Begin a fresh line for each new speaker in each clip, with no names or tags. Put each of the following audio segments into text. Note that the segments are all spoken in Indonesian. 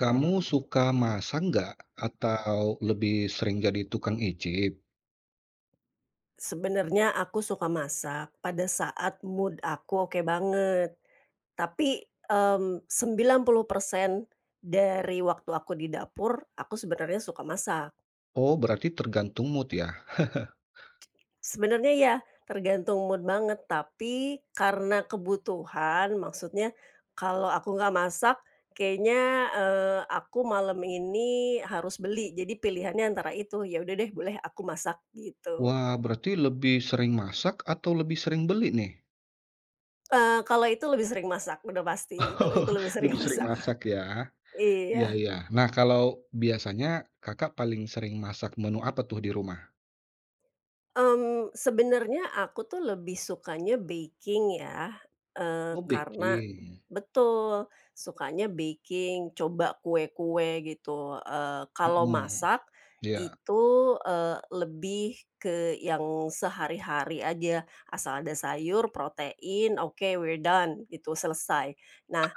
Kamu suka masak nggak? Atau lebih sering jadi tukang icip?
Sebenarnya aku suka masak pada saat mood aku oke banget. Tapi, 90% dari waktu aku di dapur, aku sebenarnya suka masak.
Oh, berarti tergantung mood ya?
Sebenarnya ya tergantung mood banget, tapi karena kebutuhan, maksudnya kalau aku nggak masak kayaknya, aku malam ini harus beli. Jadi pilihannya antara itu, ya udah deh boleh aku masak gitu.
Wah, berarti lebih sering masak atau lebih sering beli nih?
Kalau itu lebih sering masak, udah pasti, kalau
Oh,
itu lebih sering
lebih sering
masak.
masak ya? Iya,
Iya,
iya. Nah, kalau biasanya Kakak paling sering masak menu apa tuh di rumah?
sebenarnya aku tuh lebih sukanya baking ya,
Oh,
karena
bikin.
betul, sukanya baking, coba kue-kue gitu, kalau
Mhm,
masak
iya.
itu, lebih ke yang sehari-hari aja, asal ada sayur, protein, oke we're done gitu, selesai. Nah,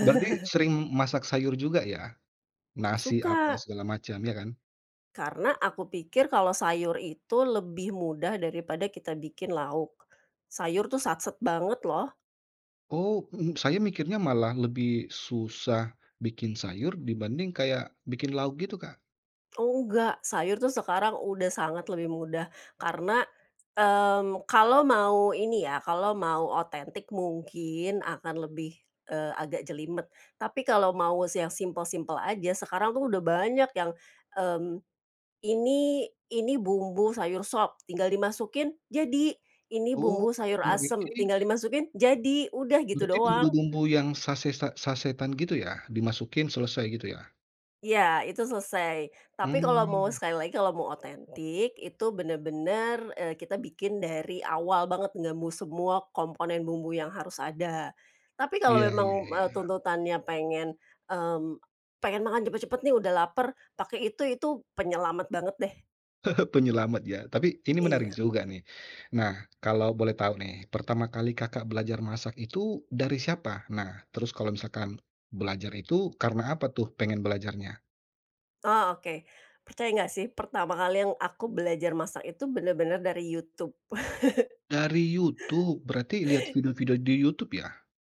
Berarti sering masak sayur juga ya? Nasi
suka.
apa segala macam, ya kan?
Karena aku pikir kalau sayur itu lebih mudah daripada kita bikin lauk. Sayur tuh satset banget loh.
Oh, mhm, saya mikirnya malah lebih susah bikin sayur dibanding kayak bikin lauk gitu, Kak.
Oh enggak, sayur tuh sekarang udah sangat lebih mudah karena, kalau mau ini ya, kalau mau otentik mungkin akan lebih, agak jelimet. Tapi kalau mau yang simple-simple aja sekarang tuh udah banyak yang, mmm ini bumbu sayur sop, tinggal dimasukin jadi. Ini
Oh,
bumbu sayur asem,
berarti
tinggal dimasukin jadi, udah gitu
berarti
doang.
bumbu-bumbu yang sasetan gitu ya, dimasukin selesai gitu ya?
Ya itu selesai. Tapi kalau mau
Hmm,
sekali lagi kalau mau otentik, itu bener-bener, kita bikin dari awal banget, nemu semua komponen bumbu yang harus ada. Tapi kalau
iya iya
memang,
iya.
tuntutannya mmm, pengen makan cepet-cepet nih udah laper, pakai itu penyelamat banget deh.
Penyelamat ya, tapi ini menarik
Iya.
juga nih. Nah, kalau boleh tahu nih, pertama kali Kakak belajar masak itu dari siapa? Nah, terus kalau misalkan belajar itu karena apa tuh pengen belajarnya?
Oh, oke. Percaya nggak sih, pertama kali yang aku belajar masak itu bener-bener dari YouTube.
Dari YouTube, berarti lihat video-video di YouTube ya?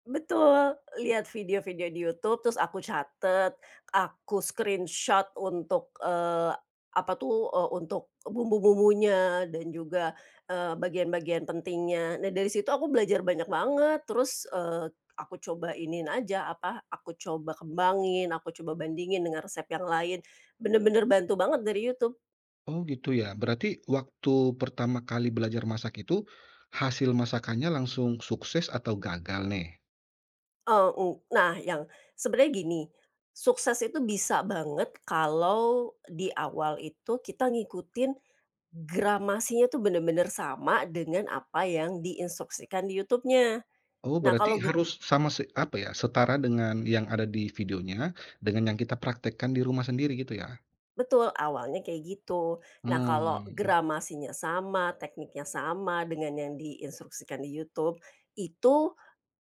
Betul, lihat video-video di YouTube, terus aku catet, aku screenshot untuk, apa tuh, untuk bumbu-bumbunya dan juga, bagian-bagian pentingnya. Nah, dari situ aku belajar banyak banget, terus, aku coba iniin aja, apa, aku coba kembangin, aku coba bandingin dengan resep yang lain, bener-bener bantu banget dari YouTube.
Oh gitu ya, berarti waktu pertama kali belajar masak itu, hasil masakannya langsung sukses atau gagal nih?
Eee, ng nah yang sebenarnya gini, sukses itu bisa banget kalau di awal itu kita ngikutin gramasinya tuh bener-bener sama dengan apa yang diinstruksikan di YouTube-nya.
Oh
Nah
berarti
kalau ge
harus sama apa ya, setara dengan yang ada di videonya, dengan yang kita praktekkan di rumah sendiri gitu ya?
betul, awalnya kayak gitu. Nah kalau
Hmm.
gramasinya sama, tekniknya sama dengan yang diinstruksikan di YouTube, itu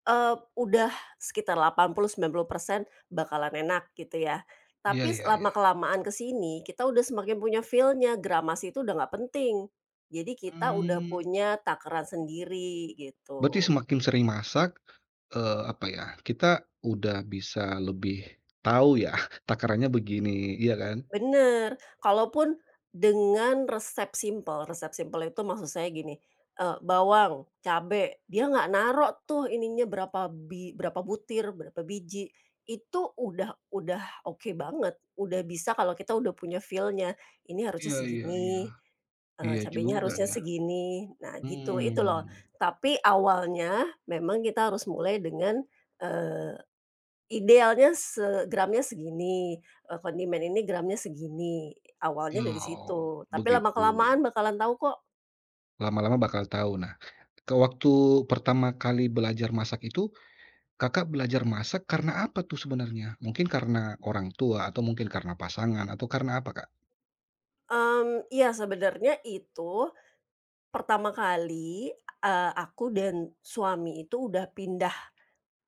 Udah sekitar 80-90% bakalan enak gitu ya.
Iya
Tapi
iya iya.
lama-kelamaan ke sini, kita udah semakin punya feel-nya, gramasi itu udah nggak penting. Jadi kita udah
Mmm,
punya takaran sendiri
berarti
gitu.
semakin sering masak, apa ya, kita udah bisa lebih tahu ya takarannya begini, iya kan?
Bener, kalaupun dengan resep simpel itu maksud saya gini, bawang, cabe, dia nggak naruh tuh ininya berapa butir, berapa biji, itu udah oke banget, udah bisa kalau kita udah punya feel-nya, ini harusnya
Iya iya iya.
segini,
Iya
cabenya
juga
harusnya
ya.
segini, nah gitu, itu loh.
Hmm.
Tapi awalnya memang kita harus mulai dengan, eee idealnya gramnya segini, kondimen ini gramnya segini, awalnya dari
Oh,
situ, tapi
begitu.
lama-kelamaan bakalan tahu kok.
Lama-lama bakal tahu. Nah, ke waktu pertama kali belajar masak itu, Kakak belajar masak karena apa tuh sebenarnya? Mungkin karena orang tua atau mungkin karena pasangan atau karena apa, Kak?
Iya sebenarnya itu pertama kali, aku dan suami itu udah pindah,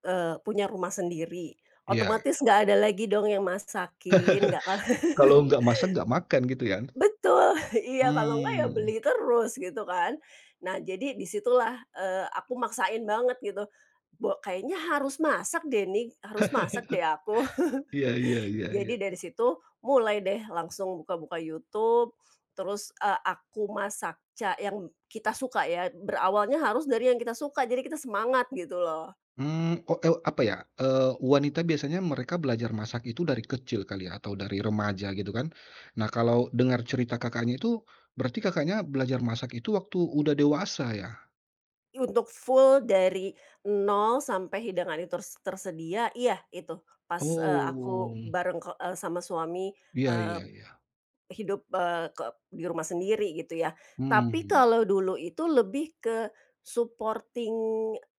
punya rumah sendiri,
Iya,
otomatis nggak ada lagi dong yang masakin, nggak ka
kalau nggak masak nggak makan gitu ya.
Betul, iya kalau enggak ya
Hmm.
beli terus gitu kan. Nah jadi situlah, aku maksain banget gitu, kayaknya harus masak deh nih, harus masak deh aku.
Iya iya iya iya.
Jadi dari situ mulai deh langsung buka-buka YouTube, terus, aku masak yang kita suka ya, berawalnya harus dari yang kita suka, jadi kita semangat gitu loh.
Hmm. Oh, ew apa ya, wanita biasanya mereka belajar masak itu dari kecil kali ya atau dari remaja gitu kan. Nah, kalau dengar cerita Kakaknya itu berarti Kakaknya belajar masak itu waktu udah dewasa ya?
Untuk full dari nol sampai hidangan itu tersedia, iya itu pas, aku
Oh,
bareng sama suami,
iya
eee,
iya iya,
hidup, eee, ke di rumah sendiri gitu ya. Tapi
mmm,
kalau dulu itu lebih ke supporting,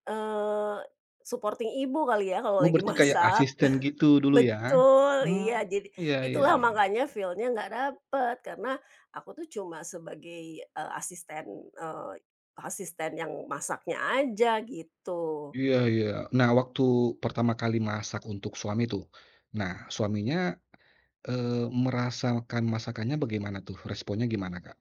eee, ibu kali ya kalau
oh
lagi
berarti kayak
masak.
asisten gitu dulu ya?
Betul,
Mmm,
iya. Jadi
iya iya
itulah
iya,
makanya feel-nya nggak dapet, karena aku tuh cuma sebagai, eee, asisten, eee, asisten yang masaknya aja gitu.
iya iya. Nah waktu pertama kali masak untuk suami tuh, nah suaminya, merasakan masakannya bagaimana tuh? Responnya gimana, Kak?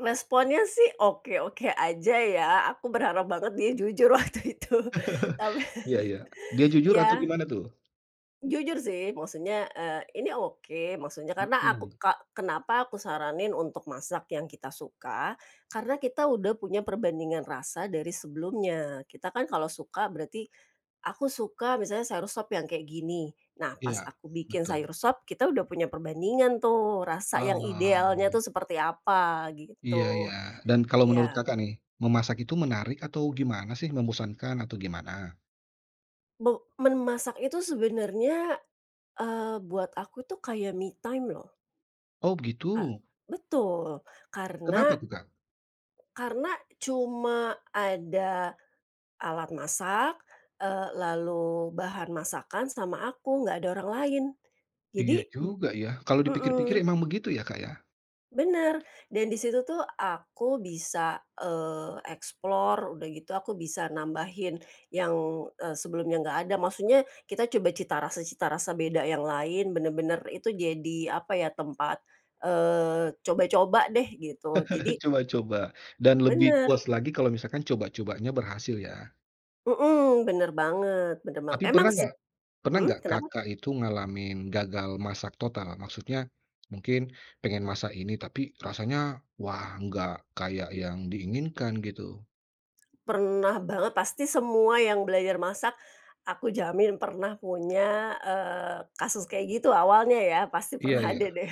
Responnya sih oke-oke aja ya, aku berharap banget dia jujur waktu itu, tapi
Iya iya, dia jujur atau
ya.
gimana tuh?
Jujur sih, maksudnya, ini oke, maksudnya karena aku
Mhm,
ka kenapa aku saranin untuk masak yang kita suka, karena kita udah punya perbandingan rasa dari sebelumnya. Kita kan kalau suka berarti, aku suka misalnya sayur sop yang kayak gini. Nah, pas
iya,
aku bikin
betul.
sayur sop, kita udah punya perbandingan tuh, rasa yang idealnya
Oh,
tuh seperti apa,
iya iya,
gitu.
dan kalau menurut
Ya,
Kakak nih, memasak itu menarik atau gimana sih, membosankan atau gimana?
be memasak itu sebenarnya, buat aku tuh kayak me time loh,
Oh
Kak.
begitu,
Betul, karena
kenapa tuh, Kak?
Karena cuma ada alat masak, lalu bahan masakan sama aku, nggak ada orang lain. Jadi
Iya juga ya, kalau
mhm,
dipikir-pikir emang begitu ya, Kak, ya.
bener, dan di situ tuh aku bisa, explore, udah gitu aku bisa nambahin yang, sebelumnya nggak ada. Maksudnya kita coba cita rasa-cita rasa beda yang lain, bener-bener itu jadi, apa ya, tempat, coba-coba deh gitu. Jadi
Coba-coba, dan lebih
bener.
puas lagi kalau misalkan coba-cobanya berhasil ya.
Mhm, bener banget bener banget.
Tapi
Emang
pernah
sih
nggak
mhm, kenapa?
Kakak itu ngalamin gagal masak total? Maksudnya mungkin pengen masak ini tapi rasanya, wah, nggak kayak yang diinginkan gitu.
Pernah banget, pasti semua yang belajar masak, aku jamin pernah punya, kasus kayak gitu awalnya ya, pasti
Iya
pernah ada
iya,
deh.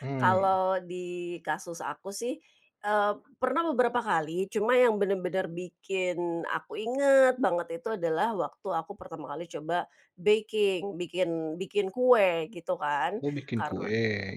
mmm,
Kalau di kasus aku sih, eee, pernah beberapa kali, cuma yang bener-bener bikin aku inget banget itu adalah waktu aku pertama kali coba baking, bikin bikin kue gitu kan,
oh, bikin
kar
kue,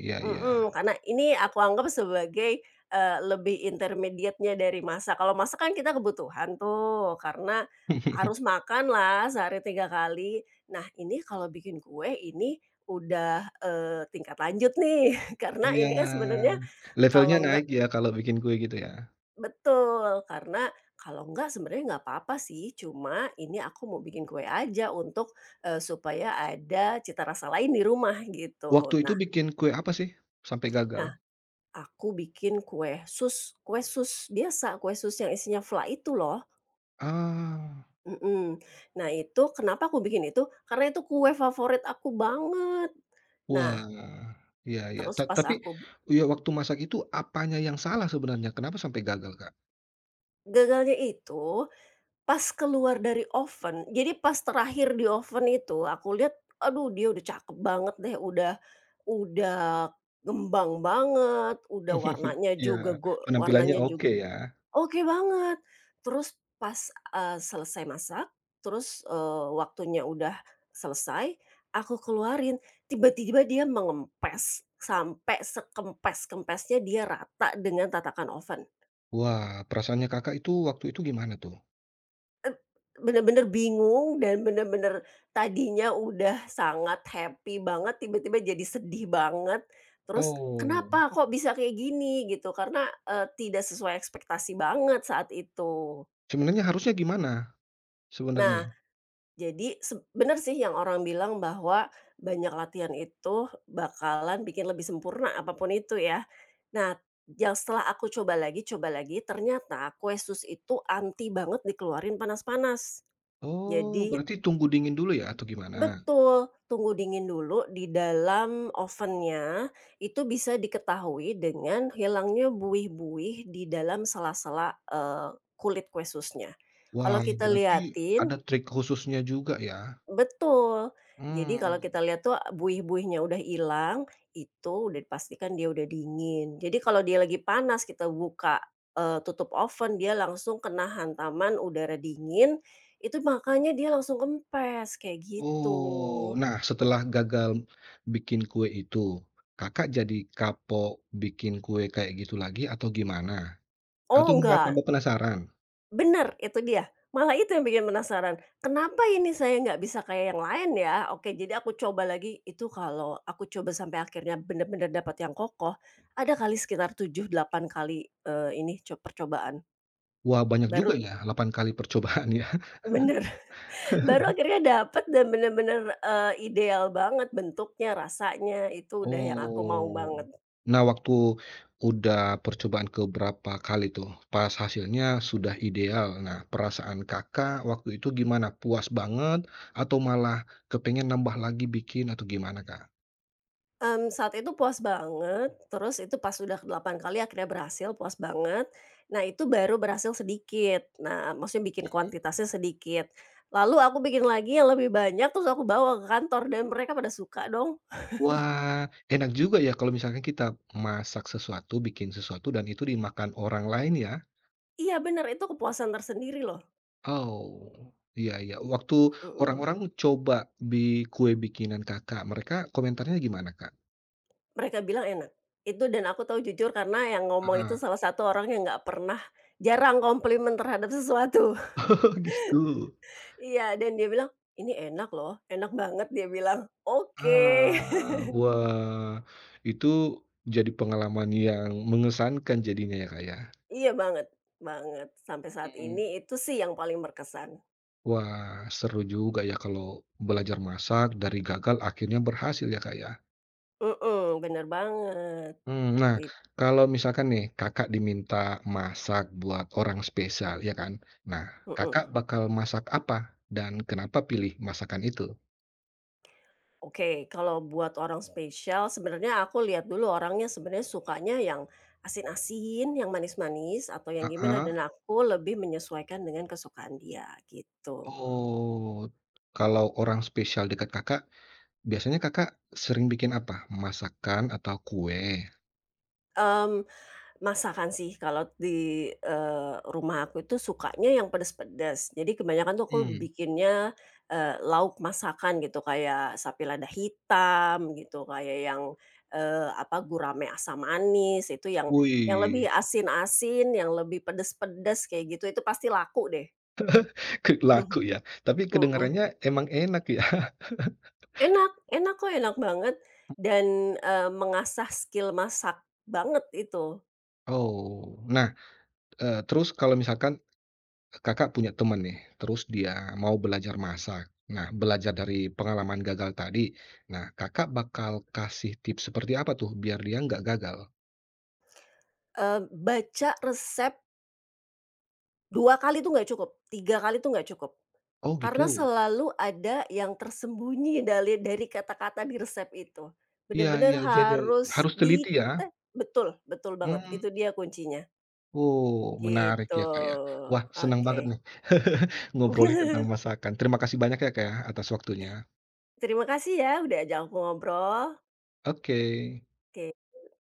iya iya.
Mhm, karena ini aku anggap sebagai, lebih intermediate-nya dari masak. Kalau masak kan kita kebutuhan tuh, karena harus makan lah sehari 3 kali. Nah, ini kalau bikin kue ini udah, tingkat lanjut nih, karena
Iya,
ini kan sebenarnya
levelnya
kalau nggak
naik ya kalau bikin kue gitu ya.
betul, karena kalau nggak sebenarnya nggak apa-apa sih, cuma ini aku mau bikin kue aja untuk, supaya ada cita rasa lain di rumah gitu.
Waktu itu
Nah
bikin kue apa sih sampai gagal?
nah aku bikin kue sus biasa, kue sus yang isinya fla itu loh.
Ah.
Mhm. Nah itu kenapa aku bikin itu, karena itu kue favorit aku banget.
Wah,
Nah,
iya iya.
terus pas
Tapi,
aku
ya waktu masak itu apanya yang salah sebenarnya? Kenapa sampai gagal, Kak?
gagalnya itu pas keluar dari oven, jadi pas terakhir di oven itu aku lihat, aduh dia udah cakep banget deh, udah gembang banget, udah warnanya juga
Iya,
go
penampilannya
warnanya
oke
juga
ya.
oke banget. Terus pas, selesai masak, terus, waktunya udah selesai, aku keluarin, tiba-tiba dia mengempes, sampai sekempes-kempesnya dia rata dengan tatakan oven.
Wah, perasaannya Kakak itu waktu itu gimana tuh?
Ep bener-bener bingung dan bener-bener tadinya udah sangat happy banget, tiba-tiba jadi sedih banget. Terus,
Oh,
"Kenapa kok bisa kayak gini?" Gitu, karena, tidak sesuai ekspektasi banget saat itu.
sebenarnya harusnya gimana sebenarnya?
Nah, jadi bener sih yang orang bilang bahwa banyak latihan itu bakalan bikin lebih sempurna apapun itu ya. Nah, yang setelah aku coba lagi, ternyata kue sus itu anti banget dikeluarin panas-panas.
Oh,
Jadi
berarti tunggu dingin dulu ya atau gimana?
betul, tunggu dingin dulu di dalam ovennya, itu bisa diketahui dengan hilangnya buih-buih di dalam sela-sela, kulit kue susnya. Kalau
Wah,
kita
berarti ada
liatin.
trik khususnya juga ya?
Betul. Jadi kalau
Mmm.
kita lihat tuh ah, buih-buihnya udah hilang, itu udah dipastikan dia udah dingin. Jadi kalau dia lagi panas kita buka, tutup oven, dia langsung kena hantaman udara dingin, itu makanya dia langsung kempes, kayak
Oh,
gitu.
nah setelah gagal bikin kue itu, Kakak jadi kapok bikin kue kayak gitu lagi atau gimana? Atau
Oh,
malah
enggak.
tambah penasaran?
Bener, itu dia. Malah itu yang bikin penasaran, "Kenapa ini saya nggak bisa kayak yang lain ya?" Oke, jadi aku coba lagi, itu kalau aku coba sampai akhirnya bener-bener dapat yang kokoh, ada kali sekitar 7-8 kali, ini percobaan.
Wah banyak juga
Baru
ya 8 kali percobaan ya.
bener, baru akhirnya dapat dan bener-bener, ideal banget bentuknya, rasanya, itu udah yang aku mau
Oh.
banget.
Nah waktu udah percobaan ke berapa kali tuh, pas hasilnya sudah ideal, nah perasaan Kakak waktu itu gimana? Puas banget atau malah kepengen nambah lagi bikin atau gimana, Kak?
Saat itu puas banget, terus itu pas udah 8 kali akhirnya berhasil, puas banget. Nah, itu baru berhasil sedikit. Nah, maksudnya bikin kuantitasnya sedikit. Lalu aku bikin lagi yang lebih banyak, terus aku bawa ke kantor dan mereka pada suka dong.
Wah, enak juga ya kalau misalkan kita masak sesuatu, bikin sesuatu dan itu dimakan orang lain ya?
Iya bener, itu kepuasan tersendiri loh.
Oh, iya iya. Waktu
Mhm.
orang-orang coba bi kue bikinan Kakak, mereka komentarnya gimana, Kak?
Mereka bilang enak. Itu dan aku tahu jujur karena yang ngomong
Heeh.
itu salah satu orang yang nggak pernah jarang komplimen terhadap sesuatu.
Oh, gitu.
Iya, dan dia bilang, "Ini enak loh, enak banget," dia bilang. Oke.
Ah, wah, itu jadi pengalaman yang mengesankan jadinya ya, Kak, ya?
Iya banget banget. Sampai saat ini
Mmm.
itu sih yang paling berkesan.
Wah, seru juga ya kalau belajar masak dari gagal akhirnya berhasil ya, Kak, ya?
Mhm, bener banget.
Mmm, nah,
It
kalau misalkan nih Kakak diminta masak buat orang spesial, ya kan? Nah, Kakak
mhm.
bakal masak apa dan kenapa pilih masakan itu?
Oke, kalau buat orang spesial sebenarnya aku lihat dulu orangnya sebenarnya sukanya yang asin-asin, yang manis-manis, atau yang gimana
Heeh,
dan aku lebih menyesuaikan dengan kesukaan dia gitu.
oh, kalau orang spesial dekat Kakak, biasanya Kakak sering bikin apa? Masakan atau kue?
mmm Masakan sih kalau di, rumah aku itu sukanya yang pedes-pedes. Jadi kebanyakan tuh aku
Mmm,
bikinnya, lauk masakan gitu, kayak sapi lada hitam gitu, kayak yang, apa, gurame asam manis, itu yang
wih,
lebih asin-asin, yang lebih pedes-pedes kayak gitu, itu pasti laku deh.
laku ya, tapi
Mhm.
kedengarannya emang enak ya.
Enak enak kok, enak banget dan, mengasah skill masak banget itu.
Oh, nah, terus kalau misalkan Kakak punya teman nih, terus dia mau belajar masak. Nah, belajar dari pengalaman gagal tadi. Nah, Kakak bakal kasih tips seperti apa tuh biar dia nggak gagal?
Baca resep 2 kali tuh nggak cukup, 3 kali tuh nggak cukup,
Oh
karena
gitu.
selalu ada yang tersembunyi dari kata-kata di resep itu.
Iya
Bener-bener
iya, jadi
harus
harus teliti ya.
eh, betul, betul banget,
Hmm,
itu dia kuncinya,
oh menarik
gitu.
ya, Kak, ya. Wah senang
Oke.
banget nih ngobrolin tentang masakan. Terima kasih banyak ya, Kak, ya atas waktunya.
Terima kasih ya udah ajak aku ngobrol.
Oke.
Oke.